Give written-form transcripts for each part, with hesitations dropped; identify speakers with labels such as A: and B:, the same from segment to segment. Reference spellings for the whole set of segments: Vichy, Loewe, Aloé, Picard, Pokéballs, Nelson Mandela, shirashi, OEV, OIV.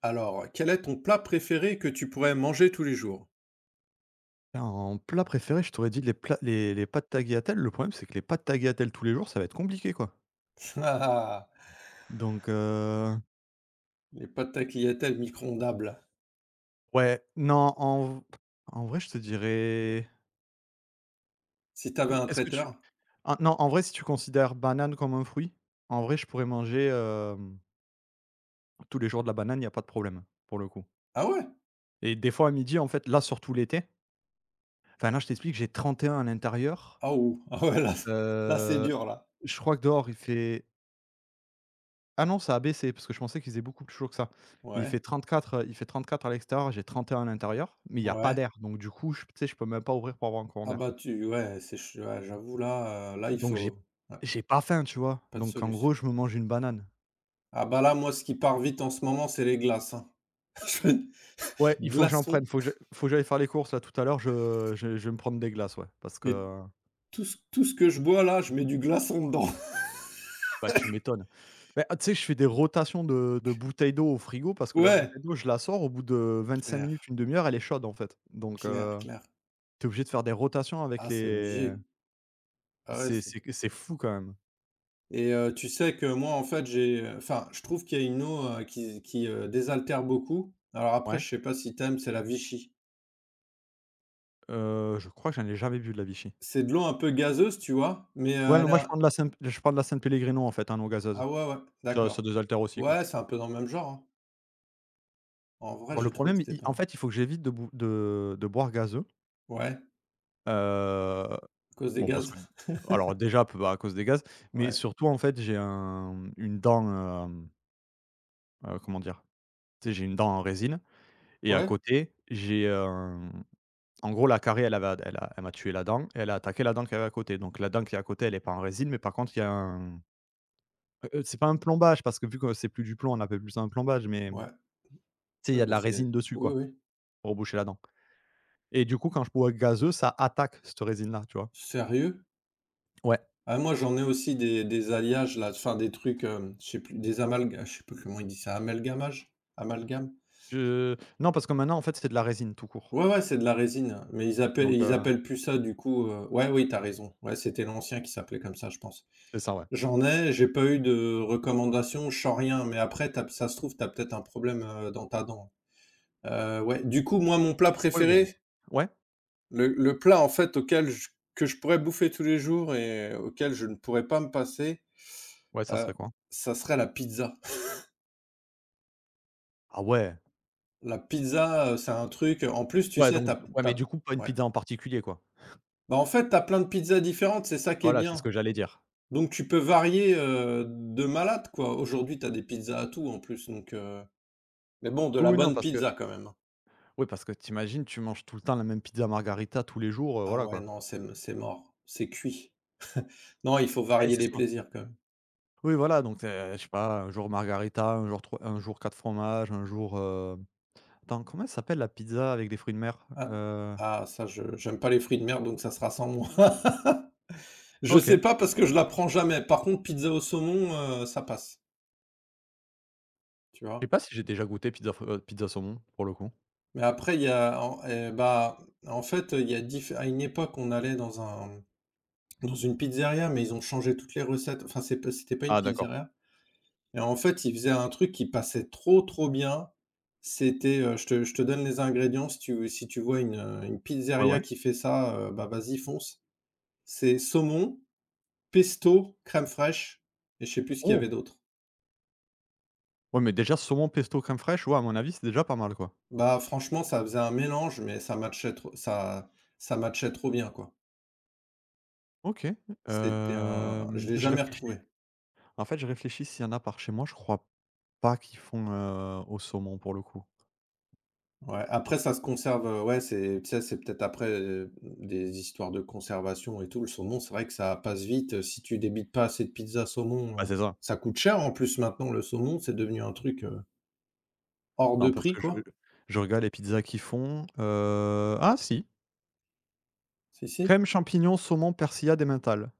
A: Alors, quel est ton plat préféré que tu pourrais manger tous les jours?
B: En plat préféré, je t'aurais dit les plats les pâtes tagliatelles. Le problème, c'est que les pâtes tagliatelles tous les jours, ça va être compliqué, quoi.
A: Ah!
B: Donc,
A: Les pâtes tagliatelles micro-ondables.
B: ouais, non, en vrai, je te dirais.
A: Si t'avais
B: est
A: un
B: est-ce que tu
A: traiteur?
B: ah non, en vrai, si tu considères banane comme un fruit, en vrai, je pourrais manger, tous les jours de la banane, il y a pas de problème, pour le coup.
A: Ah ouais?
B: Et des fois, à midi, en fait, là, surtout l'été, enfin, là, je t'explique, j'ai 31 à l'intérieur.
A: Ah ou ah ouais là là c'est
B: heu,
A: dur là.
B: je crois que dehors, il fait. Ah non, ça a baissé parce que je pensais qu'il faisait beaucoup plus chaud que ça. Mais il
A: Ouais,
B: fait 34, il fait 34 à l'extérieur, j'ai 31 à l'intérieur, mais il y a pas
A: ouais.
B: d'air. Donc du coup, je tu sais, je peux même pas ouvrir pour avoir un courant
A: Ah
B: d'air.
A: bah tu ouais, c'est ch ouais j'avoue là, là il
B: Donc j'ai
A: faut ouais,
B: j'ai pas faim, tu vois?
A: pas de
B: Donc en gros,
A: soluce.
B: je me mange une banane.
A: Ah bah là, moi ce qui part vite en ce moment, c'est les glaces, hein. Je fais
B: Ouais, il faut que j'en
A: glaçons
B: prenne, faut que j'aille faire les courses là tout à l'heure, je vais me prendre des glaces, ouais, parce
A: et
B: que
A: tout ce que je bois là, je mets du glaçon dedans.
B: bah, tu m'étonnes. Bah, tu sais, je fais des rotations de bouteilles d'eau au frigo parce que la
A: Ouais,
B: bouteille d'eau, je la sors au bout de vingt-cinq
A: clair,
B: minutes, une demi heure, elle est chaude en fait. Donc,
A: clair, clair.
B: tu obligé de faire des rotations avec
A: Ah c'est
B: les.
A: obligé. Ah ouais.
B: C'est que c'est fou quand même.
A: Et tu sais que moi, en fait, j'ai, enfin, je trouve qu'il y a une eau, désaltère beaucoup. Alors après,
B: Ouais.
A: je sais pas si t'aimes c'est la Vichy.
B: Je crois que j'en ai jamais bu de la Vichy.
A: C'est de l'eau un peu gazeuse, tu vois? Mais,
B: Ouais, mais
A: elle
B: moi je prends
A: a
B: de la San je prends de la Sanpellegrino en fait, hein, non gazeuse.
A: ah ouais, ouais,
B: Ça ça
A: d'accord.
B: désaltère aussi quoi.
A: Ouais, c'est un peu dans le même genre, hein. En vrai,
B: Alors le
A: j'ai trouvé que
B: problème,
A: c'était
B: i
A: pas
B: en
A: mal.
B: fait, il faut que j'évite de bou de boire gazeux.
A: Ouais,
B: Heu,
A: à cause des
B: bon parce que
A: gaz?
B: alors déjà p à cause des gaz, mais
A: Ouais.
B: surtout en fait j'ai un une dent, hem, comment dire? Tu sais j'ai une dent en résine et à
A: Ouais,
B: côté j'ai, hem, en gros la carie elle avait elle a elle m'a tué la dent et elle a attaqué la dent qui y avait à côté. Donc la dent qui est à côté elle est pas en résine, mais par contre il y a un c'est pas un plombage parce que vu que c'est plus du plomb, on appelle plus ça un plombage, mais
A: ouais,
B: tu sais, il
A: ouais,
B: y a de
A: bah,
B: la
A: c'est
B: résine dessus
A: oui,
B: quoi,
A: oui.
B: pour boucher la dent et du coup, quand je bois gazeux, ça attaque cette résine là, tu vois?
A: Sérieux?
B: Ouais.
A: Ah moi, j'en ai aussi des alliages là, enfin des trucs, je sais plus, des amalgames. Je sais plus comment il dit ça, amalgamage? Amalgame?
B: Je non, parce que maintenant, en fait, c'est de la résine tout court,
A: Ouais, ouais, c'est de la résine, hein. Mais ils appellent
B: donc
A: ils appellent plus ça du coup, ouais, oui, t'as raison. Ouais, c'était l'ancien qui s'appelait comme ça, je pense.
B: C'est ça, ouais.
A: J'en ai, j'ai pas eu de recommandation je sens rien, mais après t'as ça se trouve, t'as peut-être un problème, dans ta dent. Ouais, du coup, moi, mon plat
B: oui, bon.
A: préféré,
B: Ouais?
A: le plat, en fait, auquel je que je pourrais bouffer tous les jours et auquel je ne pourrais pas me passer,
B: Ouais, ça
A: heu,
B: serait quoi?
A: ça serait la pizza.
B: Ah ouais!
A: La pizza, c'est un truc en plus, tu
B: Ouais,
A: sais,
B: donc
A: t'as
B: ouais, mais du
A: t'as
B: coup, pas une
A: ouais.
B: pizza en particulier quoi?
A: Bah, en fait, t'as plein de pizzas différentes, c'est ça qui est
B: Voilà, c'est ce
A: bien.
B: que j'allais dire.
A: Donc tu peux varier, de malade, quoi. Aujourd'hui, t'as des pizzas à tout en plus, donc mais bon, de
B: Oui,
A: la
B: oui, non,
A: bonne
B: parce que
A: pizza quand même.
B: oui, parce que tu imagines, tu manges tout le temps la même pizza margarita tous les jours,
A: Ah
B: voilà
A: ouais,
B: quoi.
A: non, c'est m c'est mort, c'est cuit. Non, il faut
B: Bah, eh,
A: varier
B: c'est
A: les
B: ça.
A: plaisirs quand même.
B: Oui, voilà, donc, je sais pas, un jour margarita un jour 3 un jour 4 fromages, un jour, attends, comment elle s'appelle la pizza avec des fruits de mer?
A: Ah, ah ça je j'aime pas les fruits de mer, donc ça sera sans moi. Je sais
B: OK.
A: pas parce que je la prends jamais. Par contre, pizza au saumon, ça passe, tu
B: je sais
A: vois?
B: pas si j'ai déjà goûté pizza f pizza saumon, pour le coup.
A: Mais après il y a en et bah, en fait, il y a diff à une époque, on allait dans un dans une pizzeria, mais ils ont changé toutes les recettes. Enfin, c'est pas c'était pas une
B: Ah d'accord.
A: pizzeria. Et en fait, il faisait un truc qui passait trop, trop bien. C'était, je te donne les ingrédients si tu si tu vois une
B: Ouais,
A: pizzeria
B: ouais.
A: qui fait ça, bah, vas-y fonce. C'est saumon, pesto, crème fraîche et je sais plus ce qu'il y
B: Oh!
A: avait d'autre.
B: Ouais, mais déjà saumon pesto crème fraîche, ouais, à mon avis, c'est déjà pas mal, quoi.
A: Bah, franchement, ça faisait un mélange, mais ça matchait trop bien, quoi.
B: OK,
A: C'était un je
B: hem,
A: l'ai
B: je
A: jamais
B: réfléchis.
A: retrouvé.
B: En fait, je réfléchis s'il y en a par chez moi, je crois pas qu'ils font, au saumon, pour le coup.
A: Ouais, après ça se conserve, ouais, c'est tu sais, c'est peut-être après, des histoires de conservation et tout. Le saumon, c'est vrai que ça passe vite, si tu débites pas assez de pizza
B: Bah,
A: saumon,
B: c'est ça.
A: ça coûte cher en plus maintenant le saumon, c'est devenu un truc, hors de
B: Non, parce
A: prix
B: que
A: quoi.
B: je regarde les pizzas qu'ils font, ah si!
A: Si, si.
B: Crème, champignons, saumon, persillade et menthol.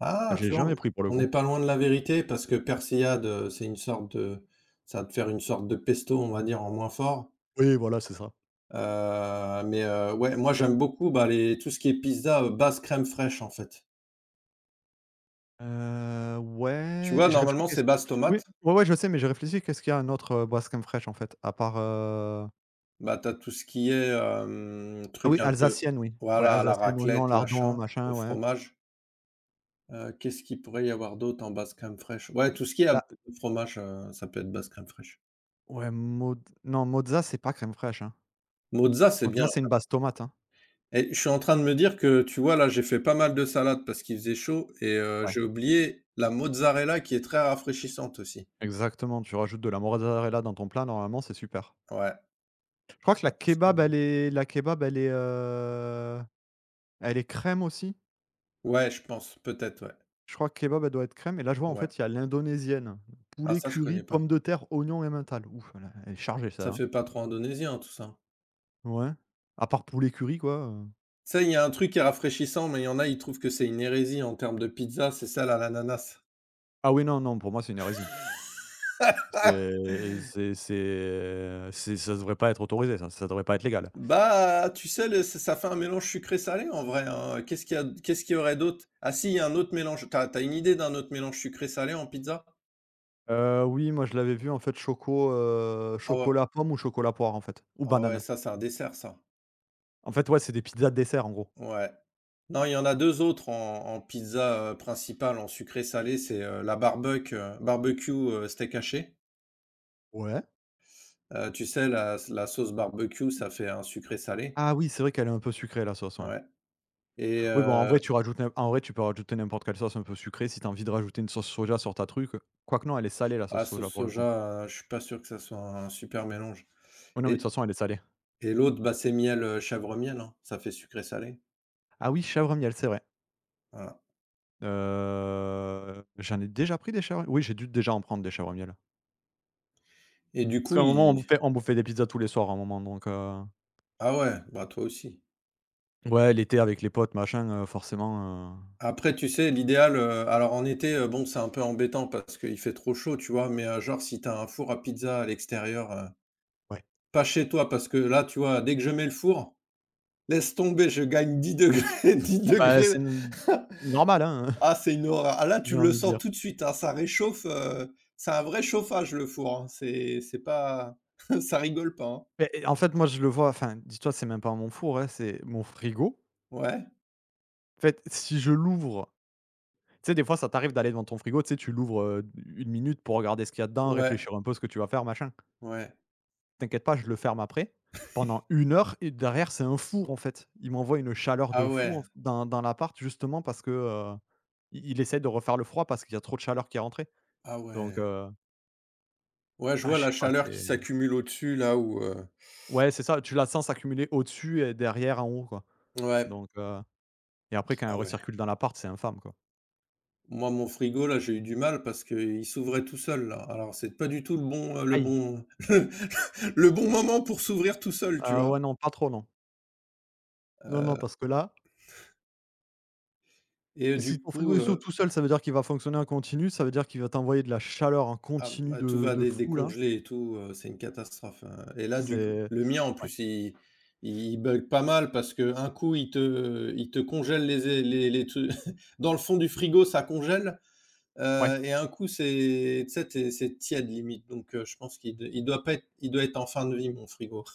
A: Ah,
B: Je l'ai
A: tu vois,
B: jamais pris pour le
A: on
B: coup.
A: n'est pas loin de la vérité parce que persillade, c'est une sorte de ça va te faire une sorte de pesto, on va dire, en moins fort,
B: Oui, voilà, c'est ça.
A: mais ouais, moi j'aime beaucoup, bah, les tout ce qui est pizza, base crème fraîche en fait. Tu
B: Ouais,
A: vois,
B: je réfléchis
A: normalement
B: qu'est-ce
A: c'est base
B: oui,
A: tomate.
B: ouais, ouais, je sais, mais je réfléchis qu'est-ce qu'il y a un autre, boisse crème fraîche en fait, à part,
A: Bah, t'as tout ce qui est,
B: ah oui,
A: truc un peu
B: alsacienne, oui. Ouais,
A: voilà, à la
B: alsacienne, oignon,
A: raclette,
B: lardon,
A: machin,
B: machin,
A: au
B: ouais.
A: fromage. Qu'est-ce qu'il pourrait y avoir d'autre en base crème fraîche? Ouais, tout ce qui est à base
B: La
A: de fromage, ça peut être base crème fraîche.
B: ouais, moz non, mozza, c'est pas crème fraîche, hein.
A: Mozza, c'est bien.
B: Mozza, c'est une base tomate, hein.
A: Et je suis en train de me dire que, tu vois, là, j'ai fait pas mal de salades parce qu'il faisait chaud et
B: Ouais,
A: j'ai oublié la mozzarella qui est très rafraîchissante aussi.
B: exactement, tu rajoutes de la mozzarella dans ton plat, normalement, c'est super.
A: Ouais,
B: Je crois que la
A: ouais, ça y
B: kebab, elle
A: est.
B: est la kebab, elle est crème aussi?
A: Ouais, je pense, peut-être, ouais.
B: Je crois que kebab, elle doit être crème et là, je vois, en
A: Ouais.
B: fait, il y a l'indonésienne,
A: Ah
B: poulet
A: ça, je
B: curry,
A: connais pas.
B: pommes de terre, oignons et mental. Ouf, elle elle est chargée
A: Ça
B: celle-là.
A: fait pas trop indonésien, tout ça?
B: Ouais. À part poulet curry quoi,
A: Ça, il y a un truc qui est rafraîchissant, mais il y en a, ils trouvent que c'est une hérésie en termes de pizza, c'est celle à l'ananas.
B: Ah oui, non, non, pour moi, c'est une hérésie. C'est ça devrait pas être autorisé, ça. Ça devrait pas être légal.
A: Bah, tu sais, le- ça ça fait un mélange sucré-salé en vrai. Hein. Qu'est-ce qu'il y a, qu'est-ce qu'il y aurait d'autre? Ah si, il y a un autre mélange. T'as, t'as une idée d'un autre mélange sucré-salé en pizza?
B: Oui, moi, je l'avais vu, en fait, choco,
A: Ah ouais,
B: chocolat pomme ou chocolat poire, en fait, ou
A: ah ouais,
B: banane.
A: ça c'est un dessert, ça.
B: En fait, ouais, c'est des pizzas de dessert, en gros.
A: Ouais. Non, il y en a deux autres en, en pizza principale, en sucré-salé. C'est la barbecue, barbecue steak haché.
B: Ouais.
A: Tu sais, la sauce barbecue, ça fait un sucré-salé.
B: Ah oui, c'est vrai qu'elle est un peu sucrée la sauce, ouais.
A: Ouais. Et
B: Oui, bon, en vrai, tu rajoutes n'im en vrai, tu peux rajouter n'importe quelle sauce un peu sucrée si tu as envie de rajouter une sauce soja sur ta truc, quoique non, elle est salée la sauce
A: ah, sauce
B: soja pour le coup.
A: soja, je suis pas sûr que ça soit un super mélange
B: Oui, non, mais de
A: et
B: toute façon, elle est salée.
A: l'autre, bah, c'est miel, chèvre miel, hein, ça fait sucré salé,
B: Ah oui, chèvre miel, c'est vrai.
A: voilà
B: J'en ai déjà pris des chèvres oui, j'ai dû déjà en prendre des chèvres miel.
A: et du
B: Parce qu'à
A: coup,
B: un moment,
A: il
B: on bouffait des pizzas tous les soirs à un moment, donc
A: ah ouais, bah, toi aussi.
B: ouais, l'été avec les potes, machin, forcément,
A: Après, tu sais, l'idéal, alors en été, bon, c'est un peu embêtant parce qu'il fait trop chaud, tu vois? Mais, genre, si t'as un four à pizza à l'extérieur,
B: ouais.
A: pas chez toi parce que là, tu vois, dès que je mets le four, laisse tomber, je gagne 10 degrés, 10
B: Ah bah, c'est
A: degrés.
B: n normal, hein,
A: Ah, c'est une horreur. Ah là, tu
B: j'ai
A: le
B: envie de
A: sens
B: dire.
A: tout de suite, hein, ça réchauffe, c'est un vrai chauffage le four, hein. C'est pas ça rigole pas, hein.
B: Beh, en fait, moi, je le vois, enfin, dis-toi, c'est même pas mon four, hein, c'est mon frigo.
A: Ouais,
B: En fait, si je l'ouvre Tu sais, des fois, ça t'arrive d'aller devant ton frigo, tu sais, tu l'ouvres, 1 minute pour regarder ce qu'il y a dedans,
A: ouais,
B: réfléchir un peu ce que tu vas faire, machin.
A: ouais.
B: T'inquiète pas, je le ferme après. Pendant une heure et derrière, c'est un four, en fait. Il m'envoie une chaleur de
A: Ah
B: fou
A: ouais,
B: en f dans dans l'appart justement parce que, il essaie de refaire le froid parce qu'il y a trop de chaleur qui est rentrée.
A: ah
B: Donc,
A: ouais. Ouais, je
B: ah,
A: vois
B: je
A: la
B: sais pas,
A: chaleur qui
B: c'est
A: s'accumule au-dessus là où,
B: ouais, c'est ça, tu la sens s'accumuler au-dessus et derrière, en haut, quoi.
A: ouais.
B: Donc, et après quand elle
A: Ah ouais.
B: recircule dans l'appart, c'est infâme, quoi.
A: Moi, mon frigo là, j'ai eu du mal parce qu'il s'ouvrait tout seul là. Alors c'est pas du tout le
B: Aïe!
A: bon le bon moment pour s'ouvrir tout seul, tu
B: Ah
A: vois?
B: ouais, non, pas trop, non. Non, non,
A: Heu
B: parce que là
A: et
B: Si
A: du
B: ton frigo
A: coup,
B: il s'ouvre tout seul, ça veut dire qu'il va fonctionner en continu, ça veut dire qu'il va t'envoyer de la chaleur en
A: ah,
B: continu
A: bah, tout va
B: de
A: dé
B: fou là.
A: décongeler et tout, c'est une catastrophe, hein et là, du coup
B: C'est
A: le mien, en
B: ouais,
A: plus, il bug pas mal parce que un coup, il te congèle les tru dans le fond du frigo, ça congèle,
B: ouais,
A: et un coup, c'est tu sais, tu c'est tiède limite donc je pense qu'il d il doit pas être il doit être en fin de vie, mon frigo.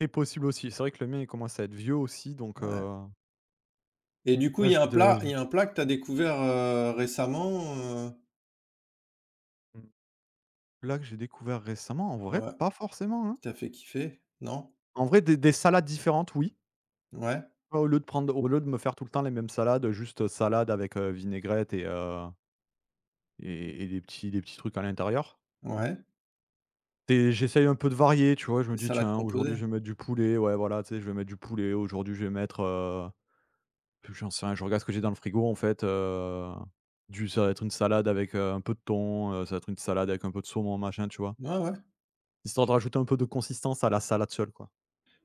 B: c'est possible aussi. C'est vrai que le mien, il commence à être vieux aussi donc
A: Ouais et du coup,
B: là
A: il y
B: je
A: a
B: vais
A: un
B: de
A: plat
B: j
A: il y a un plat que tu as découvert, récemment, heu,
B: mmh, que j'ai découvert récemment, en vrai,
A: ouais,
B: pas forcément, hein.
A: qui t'a fait kiffer, non?
B: En vrai, des salades différentes, oui.
A: Ouais,
B: Bah, Au lieu de prendre au lieu de me faire tout le temps les mêmes salades, juste salade avec, vinaigrette et des petits trucs à l'intérieur.
A: ouais,
B: Et j'essaye un peu de varier, tu vois? Je me
A: des
B: dis:
A: salades
B: «Tiens, aujourd'hui,
A: composées.
B: je vais mettre du poulet». Ouais, voilà, tu sais, je vais mettre du poulet. Aujourd'hui, je vais mettre, j'en sais rien, je regarde ce que j'ai dans le frigo, en fait, du ça va être une salade avec, un peu de thon, ça va être une salade avec un peu de saumon, machin, tu vois?
A: Ouais, ouais.
B: Histoire de rajouter un peu de consistance à la salade seule, quoi.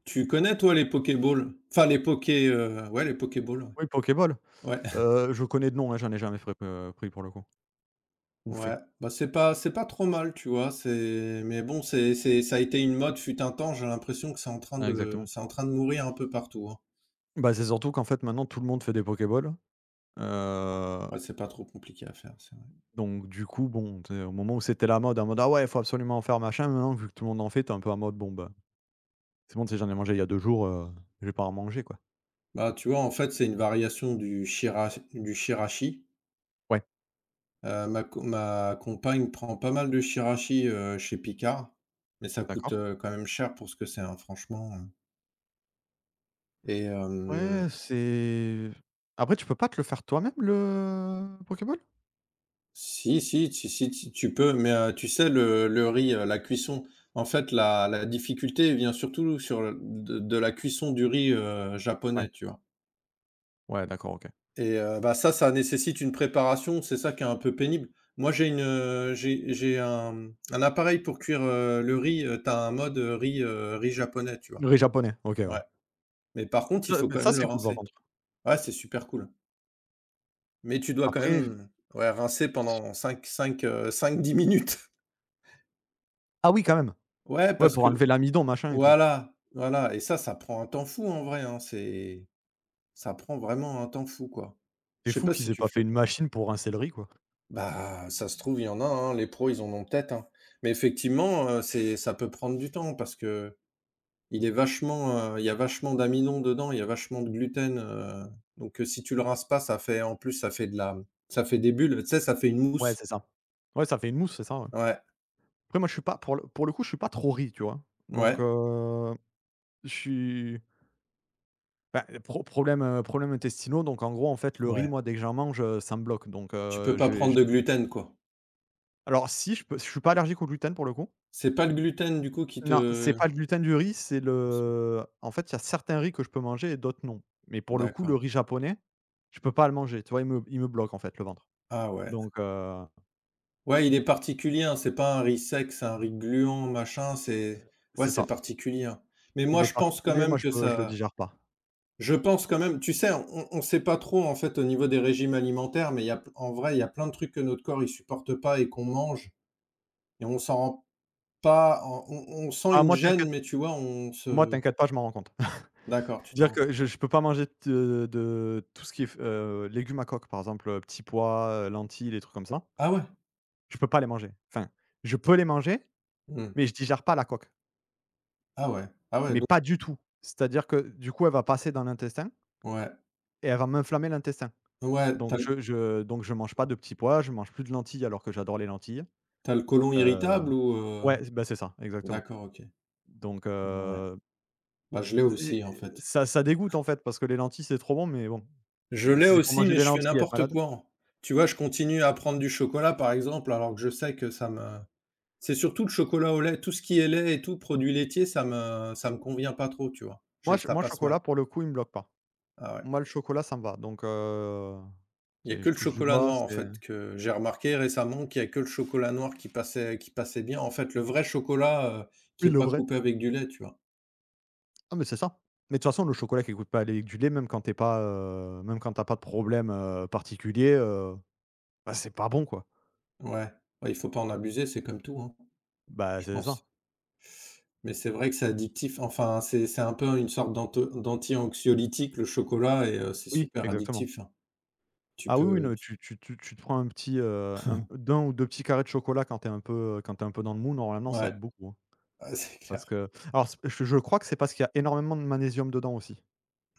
A: Tu connais toi les Pokéballs? Enfin les Poké, ouais les Pokéballs, ouais.
B: Oui, Pokéball,
A: Ouais,
B: je connais de nom, hein, j'en ai jamais fait, pris pour le coup ou fait.
A: ouais, bah, c'est pas trop mal, tu vois? C'est mais bon, c'est ça a été une mode fut un temps, j'ai l'impression que c'est en train
B: Ouais,
A: de
B: exactement.
A: c'est en train de mourir un peu partout, hein.
B: Bah, c'est surtout qu'en fait, maintenant, tout le monde fait des pokéballs
A: Ouais, c'est pas trop compliqué à faire, c'est vrai.
B: Donc du coup, bon, tu au moment où c'était la mode, en mode: «Ah ouais, il faut absolument en faire, machin», maintenant, vu que tout le monde en fait, t'es un peu en mode: «Bon, bah, c'est bon, tu sais, j'en ai mangé il y a deux jours, je vais pas en manger, quoi».
A: Bah, tu vois, en fait, c'est une variation du shira du shirashi.
B: Ouais,
A: Ma co ma compagne prend pas mal de shirashi, chez Picard, mais ça coûte,
B: d'accord.
A: quand même cher pour ce que c'est, hein, franchement, hein. Et hem
B: Ouais, c'est après, tu peux pas te le faire toi-même, le Pokéball?
A: si, si, tu si tu tu peux, mais tu sais le riz, la cuisson, en fait la difficulté vient surtout sur le de la cuisson du riz,
B: Ouais.
A: japonais, tu vois?
B: Ouais, d'accord, OK.
A: Et bah, ça nécessite une préparation, c'est ça qui est un peu pénible. Moi j'ai une, j'ai un, un appareil pour cuire, le riz, tu as un mode, riz, riz japonais, tu
B: Le
A: vois?
B: riz japonais, OK, ouais.
A: Ouais, mais par contre il
B: Ça,
A: faut
B: beh,
A: quand
B: ça,
A: même le
B: c'est cool, par
A: rincer.
B: contre.
A: Ouais, c'est super cool, mais tu dois quand
B: Après
A: même ouais rincer pendant cinq cinq 5 à 10 minutes.
B: ah oui, quand même!
A: Ouais,
B: Ouais,
A: parce
B: pour
A: que
B: enlever l'amidon, machin et tout.
A: voilà, voilà et ça prend un temps fou en vrai, hein, c'est ça prend vraiment un temps fou, quoi. Je
B: C'est
A: sais
B: fou
A: pas
B: qu'ils
A: si
B: aient
A: tu le
B: pas fait
A: fais
B: une
A: toi?
B: machine pour rincer le riz, quoi.
A: Bah, ça se trouve, il y en a, hein, les pros, ils en ont peut-être, hein. Mais effectivement, c'est ça peut prendre du temps parce que il est vachement, il y a vachement d'amidon dedans, il y a vachement de gluten, donc si tu le rinces pas, ça fait en plus, ça fait de la ça fait des bulles, tu sais, ça fait une
B: Ouais,
A: mousse.
B: c'est ça. Ouais, ça fait une mousse, c'est ça, ouais.
A: Ouais,
B: Après moi, je suis pas pour le pour le coup, je suis pas trop riz, tu vois?
A: ouais,
B: Donc je suis bah, pro problèmes, problèmes intestinaux, donc en gros, en fait, le riz,
A: ouais.
B: moi, dès que j'en mange, ça me bloque, donc
A: Tu peux pas
B: j'ai
A: prendre
B: je
A: de gluten, quoi.
B: alors si, je peux je suis pas allergique au gluten, pour le coup.
A: C'est pas le gluten, du coup, qui
B: Non, c'est
A: te
B: pas le gluten du riz, c'est le en fait, il y a certains riz que je peux manger et d'autres non. Mais pour le coup, le
A: d'accord.
B: riz japonais, je peux pas le manger, tu vois? Il me bloque, en fait, le ventre.
A: Ah ouais.
B: Donc
A: Ouais, il est particulier, hein, c'est pas un riz sec, c'est un riz gluant, machin, c'est ouais,
B: c'est
A: c'est
B: ça.
A: particulier, hein. Mais
B: Il
A: moi,
B: est
A: je pense quand
B: particulier, moi
A: même
B: je
A: que
B: peux je le
A: ça
B: digère pas.
A: je pense quand même tu sais, on sait pas trop, en fait, au niveau des régimes alimentaires, mais il y a p en vrai, il y a plein de trucs que notre corps, il supporte pas et qu'on mange et on s'en rend pas on sent
B: Ah
A: une gêne, mais tu vois, on
B: moi,
A: se
B: t'inquiète pas, je m'en rends compte.
A: d'accord, tu
B: Dire
A: t'en
B: que je peux pas manger de tout ce qui est f légumes à coque, par exemple, petits pois, lentilles, les trucs comme ça.
A: ah ouais?
B: Je peux pas les manger. Enfin, je peux les manger,
A: Mmh.
B: mais je digère pas la coque,
A: Ah ouais. Ah ouais,
B: mais
A: donc
B: pas du tout. C'est-à-dire que du coup, elle va passer dans l'intestin
A: ouais.
B: et elle va m'inflammer l'intestin.
A: Ouais,
B: Donc
A: T'as as l
B: je donc je mange pas de petits pois, je mange plus de lentilles alors que j'adore les lentilles.
A: le côlon
B: Heu,
A: irritable ou heu?
B: ouais, bah, c'est ça, exactement.
A: D'accord, OK.
B: Donc
A: Ouais. Bah, je l'ai aussi, en
B: et
A: fait.
B: ça ça dégoûte, en fait, parce que les lentilles, c'est trop bon, mais bon,
A: Je l'ai
B: si c'est pour
A: aussi,
B: manger
A: mais
B: des
A: je fais
B: lentilles et être
A: n'importe
B: malade
A: quoi. Tu vois, je continue à prendre du chocolat, par exemple, alors que je sais que ça me c'est surtout le chocolat au lait, tout ce qui est lait et tout, produits laitiers, ça me convient pas trop, tu vois?
B: moi,
A: J'ai
B: ch
A: ça
B: moi,
A: passe mal.
B: chocolat, pour le coup, il me bloque pas.
A: Ah ouais.
B: Moi, le chocolat, ça me va, donc
A: Il y a
B: tu
A: que
B: je
A: le
B: touche du
A: chocolat
B: bois,
A: noir, en
B: c'est
A: fait, que j'ai remarqué récemment qu'il y a que le chocolat noir qui passait bien. En fait, le vrai chocolat, qui
B: oui,
A: est
B: le
A: pas
B: vrai.
A: coupé avec du lait, tu vois?
B: Ah, mais c'est ça. Mais de toute façon, le chocolat qui coûte pas aller avec du lait, même quand t'es pas, même quand t'as pas de problème, particulier, bah, c'est pas bon, quoi.
A: Ouais. Ouais, il faut pas en abuser, c'est comme tout, hein,
B: Bah,
A: je
B: c'est
A: pense.
B: ça.
A: Mais c'est vrai que c'est addictif. Enfin, c'est un peu une sorte d'anto d'anti-anxiolytique, le chocolat et c'est
B: Oui,
A: super
B: exactement.
A: addictif, hein. Tu
B: Ah oui, oui,
A: peux
B: non,
A: tu
B: tu tu tu tu te prends un petit, un d'un ou 2 petits carrés de chocolat quand t'es un peu, quand t'es un peu dans le mou, normalement, ça
A: ouais,
B: aide beaucoup, hein.
A: ouais, c'est
B: Parce
A: clair.
B: que alors, c'est je crois que c'est parce qu'il y a énormément de magnésium dedans aussi.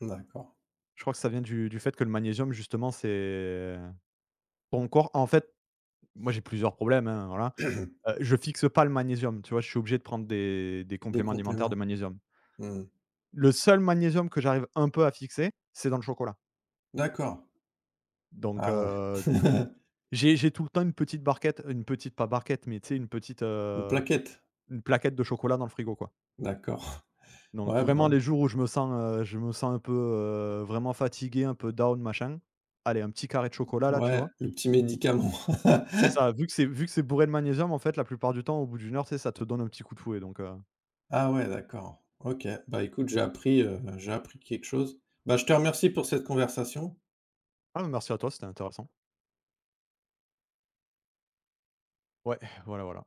A: D'accord.
B: Je crois que ça vient du fait que le magnésium, justement, c'est ton corps en fait Moi, j'ai plusieurs problèmes, hein, voilà. Je fixe pas le magnésium, tu vois? Je suis obligé de prendre des
A: Des
B: compléments alimentaires de
A: compléments.
B: magnésium.
A: Mmh.
B: Le seul magnésium que j'arrive un peu à fixer, c'est dans le chocolat.
A: D'accord.
B: Donc
A: Ah ouais.
B: j'ai tout le temps une petite barquette, une petite pas barquette, mais tu sais, une petite,
A: Une plaquette?
B: une plaquette de chocolat dans le frigo, quoi.
A: D'accord.
B: Donc
A: Ouais, bah,
B: vraiment
A: ouais.
B: les jours où je me sens un peu, vraiment fatigué, un peu down, machin, allez, un petit carré de chocolat, là, tu
A: Ouais,
B: vois?
A: le petit médicament.
B: C'est ça, vu que c'est bourré de magnésium, en fait, la plupart du temps, au bout d'une heure, tu sais, ça te donne un petit coup de fouet, donc.
A: Ah ouais, d'accord. OK. Bah, écoute, j'ai appris quelque chose. Bah, je te remercie pour cette conversation.
B: Ah, merci à toi, c'était intéressant. Ouais, voilà, voilà.